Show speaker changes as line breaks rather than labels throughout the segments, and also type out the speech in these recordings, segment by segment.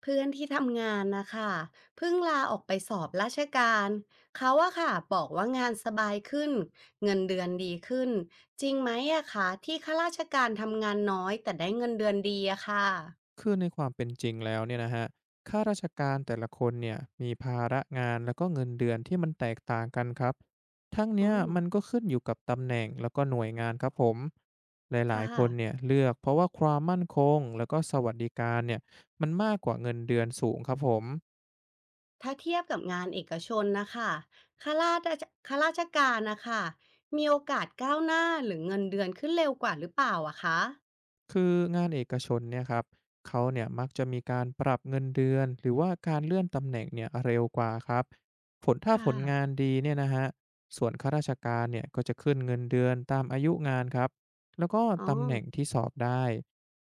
เพื่อนที่ทำงานนะคะเพิ่งลาออกไปสอบราชการเขาอะค่ะบอกว่างานสบายขึ้นเงินเดือนดีขึ้นจริงไหมอะคะที่ข้าราชการทำงานน้อยแต่ได้เงินเดือนดีอะค่ะ
คือในความเป็นจริงแล้วเนี่ยนะฮรัข้าราชการแต่ละคนเนี่ยมีภาระงานแล้วก็เงินเดือนที่มันแตกต่างกันครับทั้ง
อ๋อ
เนี้ยมันก็ขึ้นอยู่กับตำแหน่งแล้วก็หน่วยงานครับผมหลาย
ค่ะ
ๆคนเนี่ยเลือกเพราะว่าความมั่นคงแล้วก็สวัสดิการเนี่ยมันมากกว่าเงินเดือนสูงครับผม
ถ้าเทียบกับงานเอกชนนะคะข้าราข้าราชการนะคะมีโอกาสก้าวหน้าหรือเงินเดือนขึ้นเร็วกว่าหรือเปล่าอะคะ
คืองานเอกชนเนี่ยครับเขาเนี่ยมักจะมีการปรับเงินเดือนหรือว่าการเลื่อนตำแหน่งเนี่ยเร็วกว่าครับผลถ้าผ
ค่ะ
ลงานดีเนี่ยนะฮะส่วนข้าราชการเนี่ยก็จะขึ้นเงินเดือนตามอายุงานครับแล้วก็
อ๋อ
ตำแหน่งที่สอบได้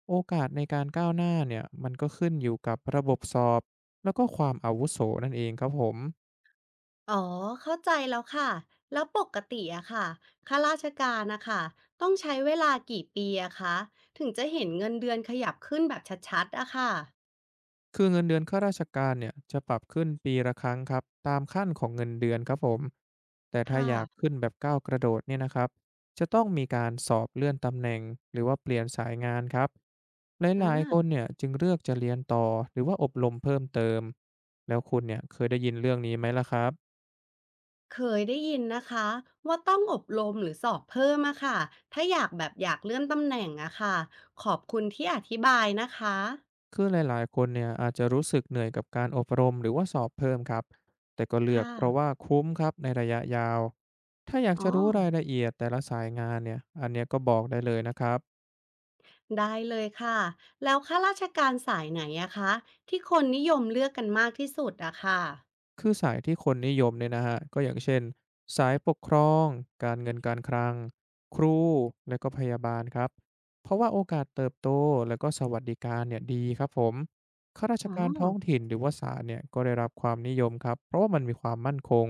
โอกาสในการก้าวหน้าเนี่ยมันก็ขึ้นอยู่กับระบบสอบแล้วก็ความอาวุโสนั่นเองครับผม
อ๋อ เข้าใจแล้วค่ะ แล้วปกติอะค่ะข้าราชการนะคะต้องใช้เวลากี่ปีอะคะถึงจะเห็นเงินเดือนขยับขึ้นแบบชัดๆอะค่ะ
คือเงินเดือนข้าราชการเนี่ยจะปรับขึ้นปีละครั้งครับตามขั้นของเงินเดือนครับผมแต่ถ้า
ค่ะ
อยากขึ้นแบบก้าวกระโดดเนี่ยนะครับจะต้องมีการสอบเลื่อนตำแหน่งหรือว่าเปลี่ยนสายงานครับ
อ่
หลายๆคนเนี่
า
ยจึงเลือกจะเรียนต่อหรือว่าอบรมเพิ่มเติมแล้วคุณเนี่ยเคยได้ยินเรื่องนี้ไหมล่ะครับ
เคยได้ยินนะคะว่าต้องอบรมหรือสอบเพิ่มอะค่ะถ้าอยากเลื่อนตำแหน่งอะค่ะขอบคุณที่อธิบายนะคะ
คือหลายๆคนเนี่ยอาจจะรู้สึกเหนื่อยกับการอบรมหรือว่าสอบเพิ่มครับแต่ก็
ค
เลือกเพราะ
่ะ
ว่าคุ้มครับในระยะยาวถ้าอยาก
อ๋อ
จะรู้รายละเอียดแต่ละสายงานเนี่ยอันเนี้ยก็บอกได้เลยนะครับ
ได้เลยค่ะ แล้วข้าราชการสายไหนอะคะที่คนนิยมเลือกกันมากที่สุดอะค่ะ
คือสายที่คนนิยมเนี่ยนะฮะก็อย่างเช่นสายปกครองการเงินการคลังครูและก็พยาบาลครับเพราะว่าโอกาสเติบโตและก็สวัสดิการเนี่ยดีครับผมข้าราช
อ๋อ
การท้องถิ่นหรือว่าศาลเนี่ยก็ได้รับความนิยมครับเพราะว่ามันมีความมั่นคง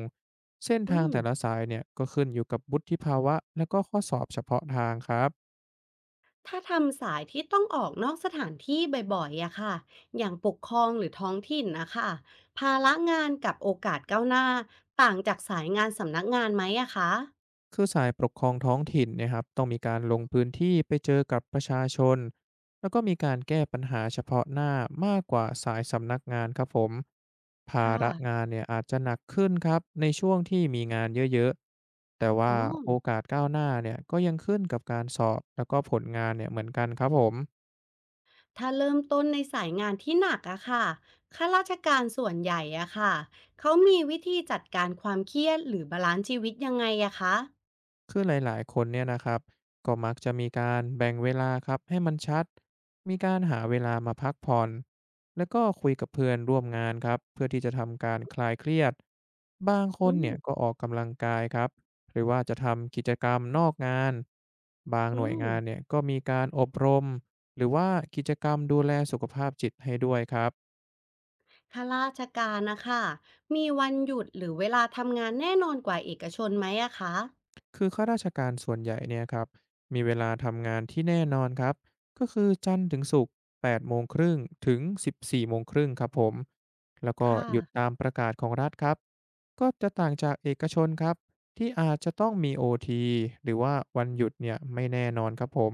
เส้น
อื
ทาง
ม
แต่ละสายเนี่ยก็ขึ้นอยู่กับวุฒิภาวะและก็ข้อสอบเฉพาะทางครับ
ถ้าทำสายที่ต้องออกนอกสถานที่บ่อยๆอะค่ะอย่างปกครองหรือท้องถิ่นนะคะภาระงานกับโอกาสก้าวหน้าต่างจากสายงานสำนักงานไหมอะคะ
คือสายปกครองท้องถิ่นเนะครับต้องมีการลงพื้นที่ไปเจอกับประชาชนแล้วก็มีการแก้ปัญหาเฉพาะหน้ามากกว่าสายสำนักงานครับผม
ค
ภาระ
่ะ
งานเนี่ยอาจจะหนักขึ้นครับในช่วงที่มีงานเยอะๆแต่
อ๋
ว่า
อ
โอกาสก้าวหน้าเนี่ยก็ยังขึ้นกับการสอบแล้วก็ผลงานเนี่ยเหมือนกันครับผม
ถ้าเริ่มต้นในสายงานที่หนักอะค่ะข้าราชการส่วนใหญ่อะค่ะเขามีวิธีจัดการความเครียดหรือบาลานซ์ชีวิตยังไงอะคะ
คือหลายๆคนเนี่ยนะครับก็มักจะมีการแบ่งเวลาครับให้มันชัดมีการหาเวลามาพักผ่อนแล้วก็คุยกับเพื่อนร่วมงานครับเพื่อที่จะทำการคลายเครียดบางค
อื
น
ม
เนี่ยก็ออกกำลังกายครับหรือว่าจะทำกิจกรรมนอกงานบางห
อื
น่วย
ม
งานเนี่ยก็มีการอบรมหรือว่ากิจกรรมดูแลสุขภาพจิตให้ด้วยครับ
ข้าราชการนะคะมีวันหยุดหรือเวลาทำงานแน่นอนกว่าเอกชนไหมอะคะ
คือข้าราชการส่วนใหญ่เนี่ยครับมีเวลาทำงานที่แน่นอนครับก็คือจันทร์ถึงศุกร์8โมงครึ่งถึง 14โมงครึ่งครับผมแล้วก็
ค่ะ
หยุดตามประกาศของรัฐครับก็จะต่างจากเอกชนครับที่อาจจะต้องมี OT หรือว่าวันหยุดเนี่ยไม่แน่นอนครับผม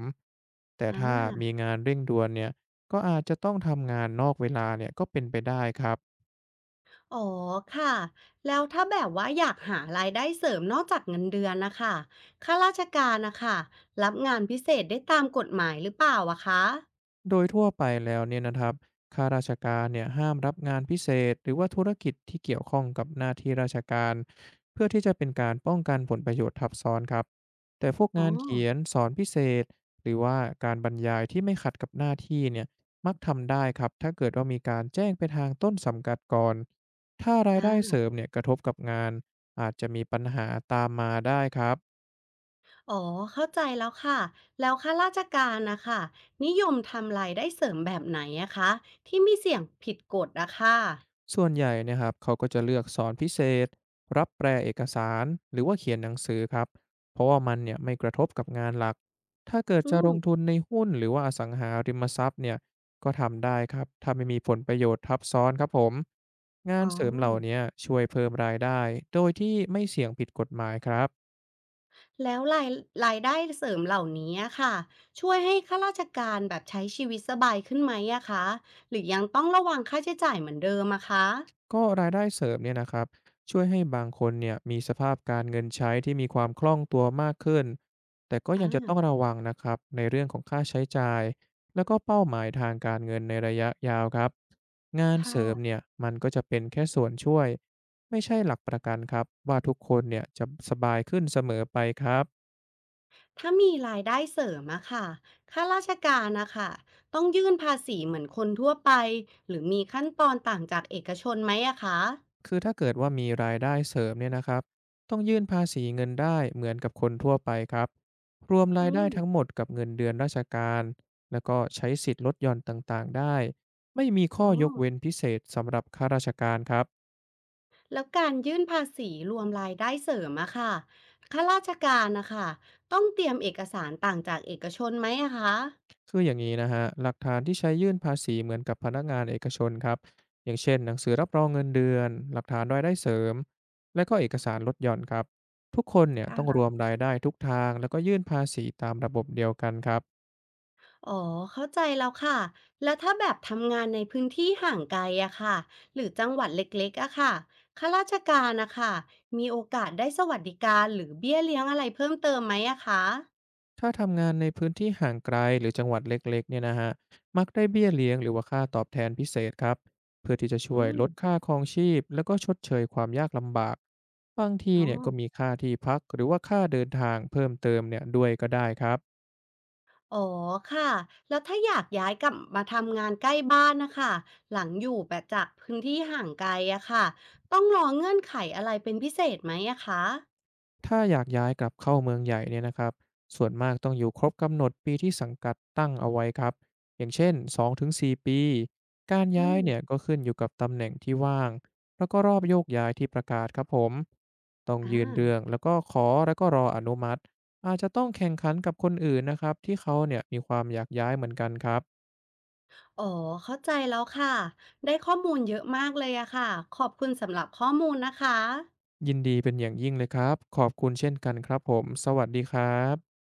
แต่
อา
ถ้ามีงานเร่งด่วนเนี่ยก็อาจจะต้องทำงานนอกเวลาเนี่ยก็เป็นไปได้ครับ
อ๋อค่ะแล้วถ้าแบบว่าอยากหารายได้เสริมนอกจากเงินเดือนนะคะข้าราชการนะคะรับงานพิเศษได้ตามกฎหมายหรือเปล่าอะคะ
โดยทั่วไปแล้วเนี่ยนะครับข้าราชการเนี่ยห้ามรับงานพิเศษหรือว่าธุรกิจที่เกี่ยวข้องกับหน้าที่ราชการเพื่อที่จะเป็นการป้องกันผลประโยชน์ทับซ้อนครับแต่พวก
อ๋อ
งานเขียนสอนพิเศษหรือว่าการบรรยายที่ไม่ขัดกับหน้าที่เนี่ยมักทำได้ครับถ้าเกิดว่ามีการแจ้งไปทางต้นสังกัดก่อน ถ้ารายได้เส
อา
ริมเนี่ยกระทบกับงานอาจจะมีปัญหาตามมาได้ครับ
อ๋อเข้าใจแล้วค่ะแล้วข้าราชการน่ะค่ะนิยมทำรายได้เสริมแบบไหนอะคะที่ไม่เสี่ยงผิดกฎอะค่ะ
ส่วนใหญ่เนะครับเขาก็จะเลือกสอนพิเศษรับแปลเอกสารหรือว่าเขียนหนังสือครับเพราะว่ามันเนี่ยไม่กระทบกับงานหลักถ้าเกิด
อื
จะลง
ม
ทุนในหุ้นหรือว่าอสังหาริมทรัพย์เนี่ยก็ทำได้ครับถ้าไม่มีผลประโยชน์ทับซ้อนครับผมงาน
อ๋อ
เสริมเหล่านี้ช่วยเพิ่มรายได้โดยที่ไม่เสี่ยงผิดกฎหมายครับ
แล้วรายได้เสริมเหล่านี้อะค่ะช่วยให้ข้าราชการแบบใช้ชีวิตสบายขึ้นไหมอะคะหรือยังต้องระวังค่าใช้จ่ายเหมือนเดิมอะคะ
ก็รายได้เสริมเนี่ยนะครับช่วยให้บางคนเนี่ยมีสภาพการเงินใช้ที่มีความคล่องตัวมากขึ้นแต่ก็
อา
ยังจะต้องระวังนะครับในเรื่องของค่าใช้จ่ายแล้วก็เป้าหมายทางการเงินในระยะยาวครับงาน
ค
เสริม
่ะ
เนี่ยมันก็จะเป็นแค่ส่วนช่วยไม่ใช่หลักประกันครับว่าทุกคนเนี่ยจะสบายขึ้นเสมอไปครับ
ถ้ามีรายได้เสริมอะค่ะข้าราชการนะคะต้องยื่นภาษีเหมือนคนทั่วไปหรือมีขั้นตอนต่างจากเอกชนไหมอะคะ
คือถ้าเกิดว่ามีรายได้เสริมเนี่ยนะครับต้องยื่นภาษีเงินได้เหมือนกับคนทั่วไปครับรวมรา
อื
ยได้
ม
ทั้งหมดกับเงินเดือนราชการแล้วก็ใช้สิทธิ์ลดหย่อนต่างๆได้ไม่มีข้อ
อ๋อ
ยกเว้นพิเศษสำหรับข้าราชการครับ
แล้วการยื่นภาษีรวมรายได้เสริมอะค่ะข้าราชการนะค่ะต้องเตรียมเอกสารต่างจากเอกชนไหมอะค
คืออย่างนี้นะฮะหลักฐานที่ใช้ยื่นภาษีเหมือนกับพนักงานเอกชนครับอย่างเช่นหนังสือรับรองเงินเดือนหลักฐานรายได้เสริมและก็เอกสารลดหย่อนครับทุกคนเนี่ยต้องร
ะ
วมรายได้ทุกทางแล้วก็ยื่นภาษีตามระบบเดียวกันครับ
อ๋อ เข้าใจแล้วค่ะ แล้วถ้าแบบทำงานในพื้นที่ห่างไกลอะค่ะหรือจังหวัดเล็กๆอะค่ะข้าราชการอะค่ะมีโอกาสได้สวัสดิการหรือเบี้ยเลี้ยงอะไรเพิ่มเติมไหมอะคะ
ถ้าทำงานในพื้นที่ห่างไกลหรือจังหวัดเล็กๆเนี่ยนะฮะมักได้เบี้ยเลี้ยงหรือว่าค่าตอบแทนพิเศษครับ เพื่อที่จะช่ว
อื
ย
ม
ลดค่าครองชีพแล้วก็ชดเชยความยากลำบาก บางที
อ๋อ
เนี่ยก็มีค่าที่พักหรือว่าค่าเดินทางเพิ่มเติมเนี่ยด้วยก็ได้ครับ
อ๋อค่ะแล้วถ้าอยากย้ายกลับมาทำงานใกล้บ้านนะคะหลังอยู่แบบจากพื้นที่ห่างไกลอะค่ะต้องรอเงื่อนไขอะไรเป็นพิเศษไหมอะคะ
ถ้าอยากย้ายกลับเข้าเมืองใหญ่เนี่ยนะครับส่วนมากต้องอยู่ครบกำหนดปีที่สังกัดตั้งเอาไว้ครับ อย่างเช่น2-4ปี การ
อื
ย้ายเนี่ย
ม
ก็ขึ้นอยู่กับตำแหน่งที่ว่างแล้วก็รอบโยกย้ายที่ประกาศครับผม ต้อง
อ่
ยืนเรื่อง
า
แล้วก็ขอแล้วก็รออนุมัติ อาจจะต้องแข่งขันกับคนอื่นนะครับที่เขาเนี่ยมีความอยากย้ายเหมือนกันครับ
อ๋อเข้าใจแล้วค่ะ ได้ข้อมูลเยอะมากเลยอะค่ะ ขอบคุณสำหรับข้อมูลนะคะ
ยินดีเป็นอย่างยิ่งเลยครับขอบคุณเช่นกันครับผม สวัสดีครับ